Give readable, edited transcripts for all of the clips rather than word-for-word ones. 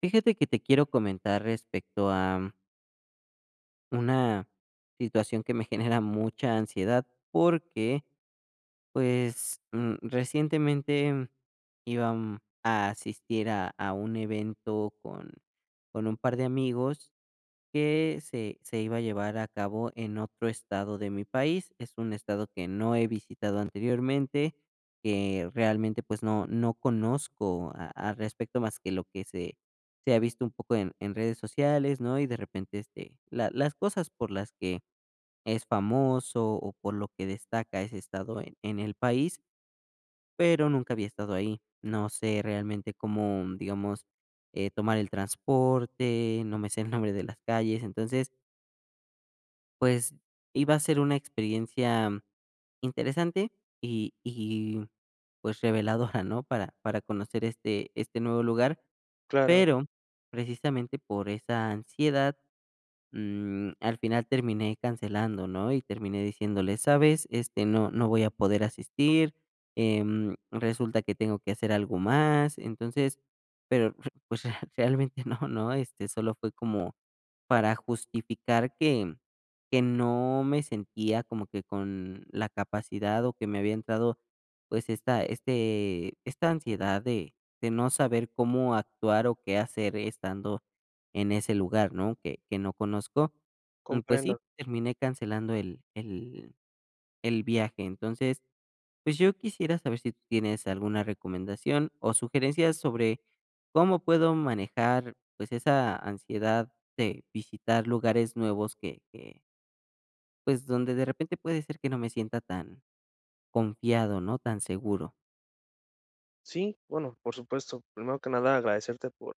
Fíjate que te quiero comentar respecto a una situación que me genera mucha ansiedad porque, pues, recientemente iba a asistir a un evento con un par de amigos que se iba a llevar a cabo en otro estado de mi país. Es un estado que no he visitado anteriormente, que realmente, pues, no conozco a al respecto más que lo que se ha visto un poco en redes sociales, ¿no? Y de repente, este, la las cosas por las que es famoso o por lo que destaca ese estado en el país, pero nunca había estado ahí. No sé realmente cómo, digamos, tomar el transporte, no me sé el nombre de las calles. Entonces, pues, iba a ser una experiencia interesante y, pues, reveladora, ¿no? Para conocer este nuevo lugar, Claro, pero precisamente por esa ansiedad. Al final terminé cancelando, ¿no? Y terminé diciéndole, ¿sabes? Este, no voy a poder asistir, resulta que tengo que hacer algo más, entonces, pero pues realmente no, ¿no? Este, solo fue como para justificar que no me sentía como que con la capacidad o que me había entrado pues esta ansiedad de no saber cómo actuar o qué hacer estando en ese lugar, ¿no? Que no conozco. Pues sí, comprendo. terminé cancelando el el viaje. Entonces, pues, yo quisiera saber si tú tienes alguna recomendación o sugerencias sobre cómo puedo manejar, pues, esa ansiedad de visitar lugares nuevos que, pues, donde de repente puede ser que no me sienta tan confiado, ¿no? Tan seguro. Sí, bueno, por supuesto. Primero que nada, agradecerte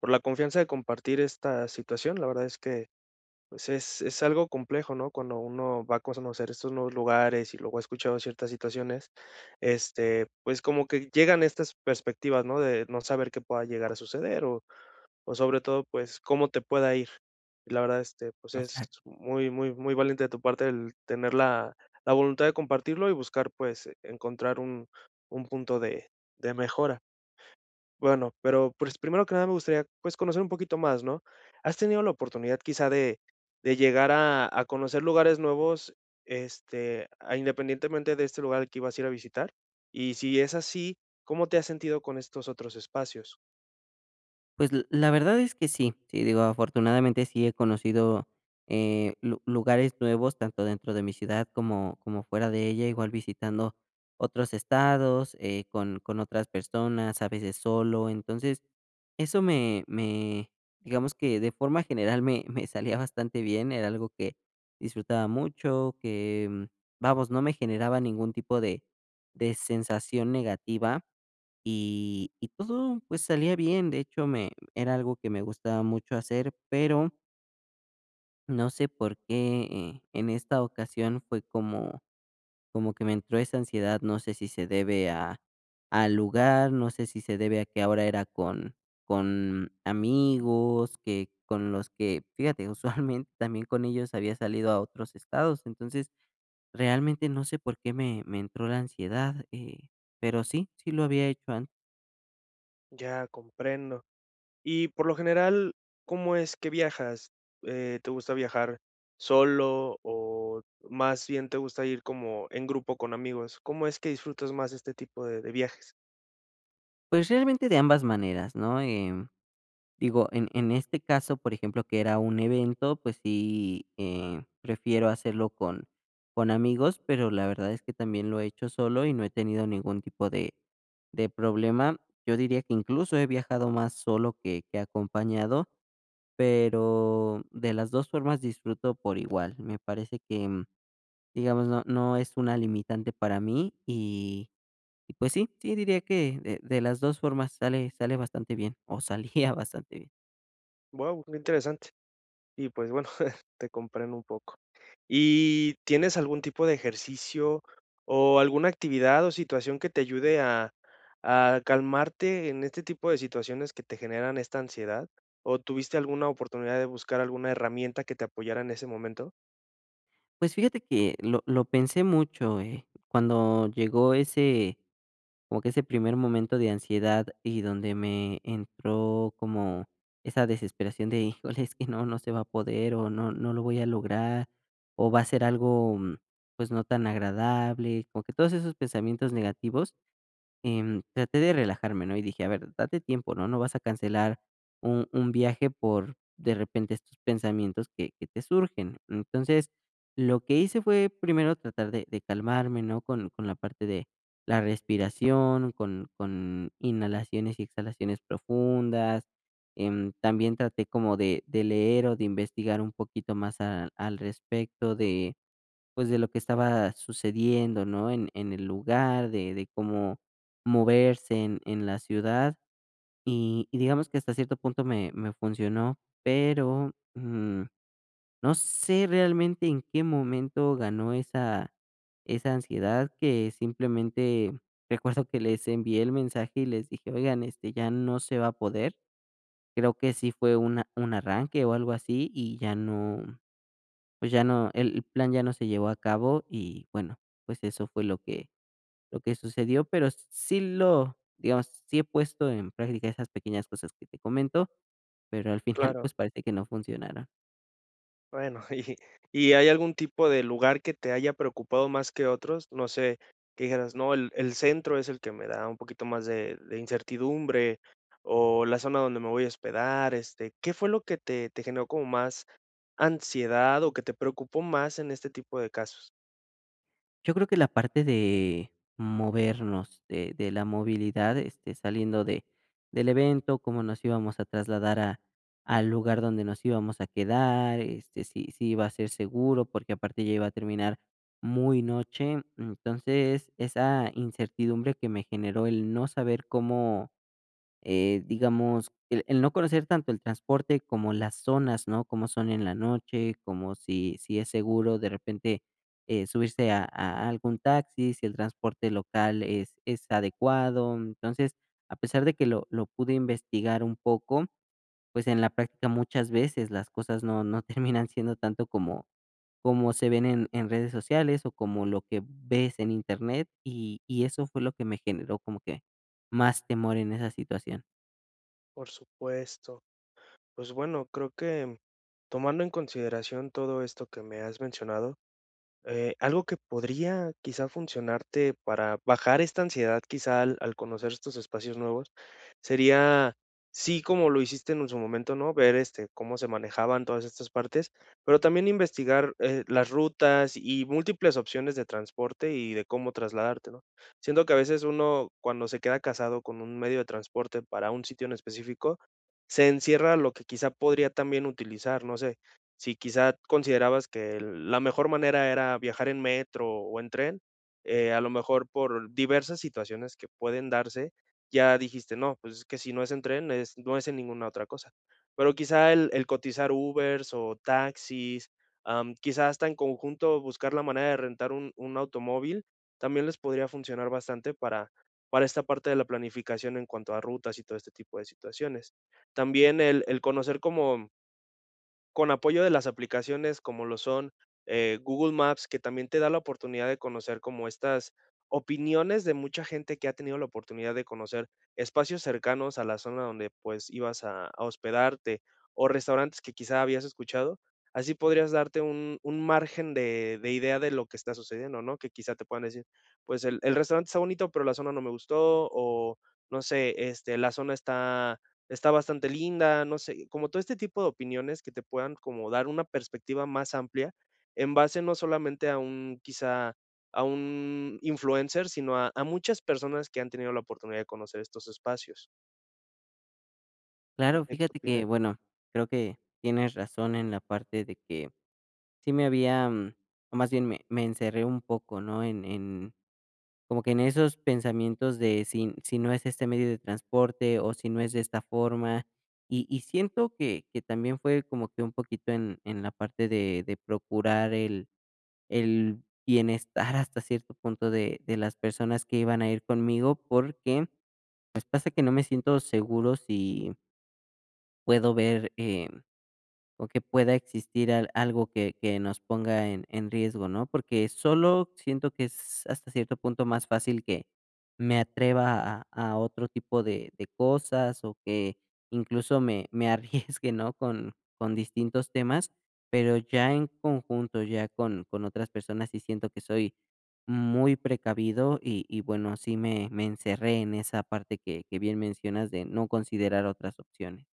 por la confianza de compartir esta situación. La verdad es que es algo complejo, ¿no? Cuando uno va a conocer estos nuevos lugares y luego ha escuchado ciertas situaciones, este, pues como que llegan estas perspectivas, ¿no? De no saber qué pueda llegar a suceder o sobre todo, pues, cómo te pueda ir. Y la verdad, este, pues, es Exacto. muy, muy, muy valiente de tu parte el tener la voluntad de compartirlo y buscar, pues, encontrar un punto de mejora. Bueno, pero, pues, primero que nada me gustaría, pues, conocer un poquito más, ¿no? ¿Has tenido la oportunidad quizá de llegar a conocer lugares nuevos, este, independientemente de este lugar al que ibas a ir a visitar? Y si es así, ¿cómo te has sentido con estos otros espacios? Pues, l la verdad es que sí. Sí, digo, afortunadamente sí he conocido, lu lugares nuevos, tanto dentro de mi ciudad como fuera de ella, igual visitando otros estados, con otras personas, a veces solo. Entonces, eso me digamos que de forma general me me salía bastante bien, era algo que disfrutaba mucho, que, vamos, no me generaba ningún tipo de sensación negativa. Y todo, pues, salía bien. De hecho, me era algo que me gustaba mucho hacer, pero no sé por qué, en esta ocasión fue como como que me entró esa ansiedad. No sé si se debe a al lugar, no sé si se debe a que ahora era con amigos, que con los que, fíjate, usualmente también con ellos había salido a otros estados. Entonces, realmente no sé por qué me entró la ansiedad, pero sí, sí lo había hecho antes. Ya, comprendo. Y por lo general, ¿cómo es que viajas? ¿Te gusta viajar solo o más bien te gusta ir como en grupo con amigos? ¿Cómo es que disfrutas más este tipo de viajes? Pues realmente de ambas maneras, ¿no? Digo, en este caso, por ejemplo, que era un evento, pues sí, prefiero hacerlo con amigos, pero la verdad es que también lo he hecho solo y no he tenido ningún tipo de problema. Yo diría que incluso he viajado más solo que acompañado, pero de las dos formas disfruto por igual. Me parece que, digamos, no es una limitante para mí y pues sí, sí, diría que de las 2 formas sale bastante bien, o salía bastante bien. Wow, qué interesante. Y pues bueno, te comprendo un poco. ¿Y tienes algún tipo de ejercicio o alguna actividad o situación que te ayude a calmarte en este tipo de situaciones que te generan esta ansiedad? ¿O tuviste alguna oportunidad de buscar alguna herramienta que te apoyara en ese momento? Pues fíjate que lo pensé mucho, cuando llegó ese como que ese primer momento de ansiedad y donde me entró como esa desesperación de: "Híjole, es que no, no se va a poder, o no lo voy a lograr, o va a ser algo, pues, no tan agradable", como que todos esos pensamientos negativos. Traté de relajarme, ¿no? Y dije: "A ver, date tiempo, ¿no? No vas a cancelar un viaje por, de repente, estos pensamientos que te surgen". Entonces, lo que hice fue primero tratar de calmarme, ¿no? Con la parte de la respiración, con inhalaciones y exhalaciones profundas. También traté como de leer o de investigar un poquito más a al respecto de pues, de lo que estaba sucediendo, ¿no? En el lugar, de cómo moverse en la ciudad, y digamos que hasta cierto punto me funcionó, pero, no sé realmente en qué momento ganó esa esa ansiedad que simplemente recuerdo que les envié el mensaje y les dije: "Oigan, este, ya no se va a poder". Creo que sí fue una un arranque o algo así, y ya no pues ya no, el plan ya no se llevó a cabo y bueno, pues eso fue lo que sucedió, pero sí lo digamos, sí he puesto en práctica esas pequeñas cosas que te comento, pero al final, Claro, pues parece que no funcionaron. bueno, ¿y hay algún tipo de lugar que te haya preocupado más que otros? No sé, que dijeras, no, el centro es el que me da un poquito más de incertidumbre, o la zona donde me voy a hospedar, este, ¿qué fue lo que te generó como más ansiedad o que te preocupó más en este tipo de casos? Yo creo que la parte de movernos, de la movilidad, este, saliendo de del evento, cómo nos íbamos a trasladar a al lugar donde nos íbamos a quedar, este, si si iba a ser seguro, porque aparte ya iba a terminar muy noche. Entonces, esa incertidumbre que me generó el no saber cómo digamos, el no conocer tanto el transporte como las zonas, ¿no? Cómo son en la noche, como si si es seguro de repente, subirse a algún taxi, si el transporte local es adecuado. Entonces, a pesar de que lo pude investigar un poco, pues, en la práctica muchas veces las cosas no terminan siendo tanto como como se ven en redes sociales o como lo que ves en Internet, y eso fue lo que me generó como que más temor en esa situación. Por supuesto. Pues bueno, creo que tomando en consideración todo esto que me has mencionado. Algo que podría quizá funcionarte para bajar esta ansiedad, quizá al conocer estos espacios nuevos, sería, sí, como lo hiciste en su momento, ¿no? Ver este, cómo se manejaban todas estas partes, pero también investigar las rutas y múltiples opciones de transporte y de cómo trasladarte, ¿no? Siento que a veces uno, cuando se queda casado con un medio de transporte para un sitio en específico, se encierra lo que quizá podría también utilizar, no sé si quizá considerabas que la mejor manera era viajar en metro o en tren, a lo mejor por diversas situaciones que pueden darse, ya dijiste: "No, pues es que si no es en tren, es no es en ninguna otra cosa". Pero quizá el cotizar Ubers o taxis, quizá hasta en conjunto buscar la manera de rentar un automóvil, también les podría funcionar bastante para esta parte de la planificación en cuanto a rutas y todo este tipo de situaciones. También el conocer como con apoyo de las aplicaciones como lo son, Google Maps, que también te da la oportunidad de conocer como estas opiniones de mucha gente que ha tenido la oportunidad de conocer espacios cercanos a la zona donde, pues, ibas a hospedarte, o restaurantes que quizá habías escuchado. Así podrías darte un margen de idea de lo que está sucediendo, ¿no? Que quizá te puedan decir, pues, el restaurante está bonito, pero la zona no me gustó, o no sé, este, la zona está bastante linda, no sé, como todo este tipo de opiniones que te puedan como dar una perspectiva más amplia en base no solamente a un quizá a un influencer, sino a muchas personas que han tenido la oportunidad de conocer estos espacios. No Claro, sé, ¿qué fíjate que, opinas? bueno, creo que tienes razón en la parte de que sí me había, o más bien me encerré un poco, ¿no? En, como que en esos pensamientos de si, si no es este medio de transporte o si no es de esta forma. Y siento que también fue como que un poquito en la parte de procurar el bienestar hasta cierto punto de las personas que iban a ir conmigo, porque pues pasa que no me siento seguro si puedo ver o que pueda existir al algo que nos ponga en riesgo, ¿no? Porque solo siento que es hasta cierto punto más fácil que me atreva a otro tipo de cosas, o que incluso me arriesgue, ¿no? Con distintos temas, pero ya en conjunto, ya con otras personas, sí siento que soy muy precavido y bueno, sí me encerré en esa parte que bien mencionas de no considerar otras opciones.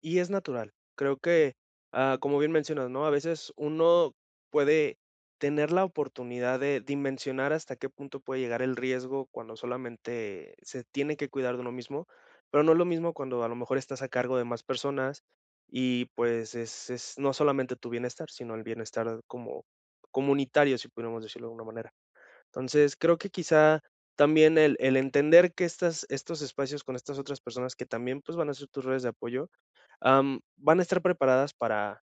Y es natural. Creo que, como bien mencionas, ¿no? A veces uno puede tener la oportunidad de dimensionar hasta qué punto puede llegar el riesgo cuando solamente se tiene que cuidar de uno mismo, pero no es lo mismo cuando a lo mejor estás a cargo de más personas y pues es no solamente tu bienestar, sino el bienestar como comunitario, si pudiéramos decirlo de alguna manera. Entonces, creo que quizá también el entender que estos espacios con estas otras personas que también pues van a ser tus redes de apoyo, van a estar preparadas para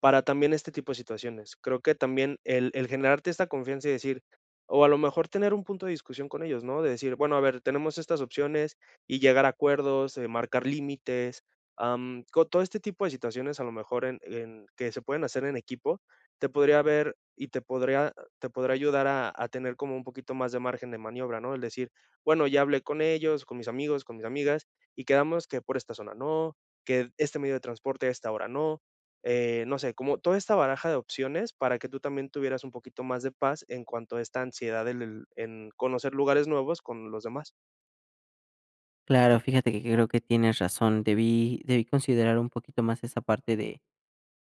también este tipo de situaciones. Creo que también el generarte esta confianza y decir, o a lo mejor tener un punto de discusión con ellos, ¿no? De decir, bueno, a ver, tenemos estas opciones y llegar a acuerdos, marcar límites, co todo este tipo de situaciones a lo mejor en que se pueden hacer en equipo, te podría ver y te podría ayudar a tener como un poquito más de margen de maniobra, ¿no? El decir, bueno, ya hablé con ellos, con mis amigos, con mis amigas, y quedamos que por esta zona no, que este medio de transporte a esta hora no. No sé, como toda esta baraja de opciones para que tú también tuvieras un poquito más de paz en cuanto a esta ansiedad del en conocer lugares nuevos con los demás. Claro, fíjate que creo que tienes razón. Debí considerar un poquito más esa parte de,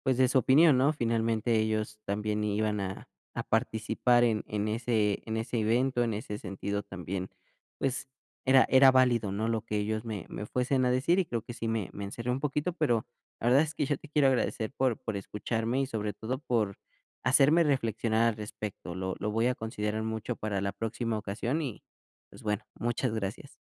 pues, de su opinión, ¿no? Finalmente ellos también iban a participar en ese evento, en ese sentido también, pues, era válido, ¿no? Lo que ellos me fuesen a decir y creo que sí me encerré un poquito, pero la verdad es que yo te quiero agradecer por escucharme y sobre todo por hacerme reflexionar al respecto. Lo voy a considerar mucho para la próxima ocasión y, pues, bueno, muchas gracias.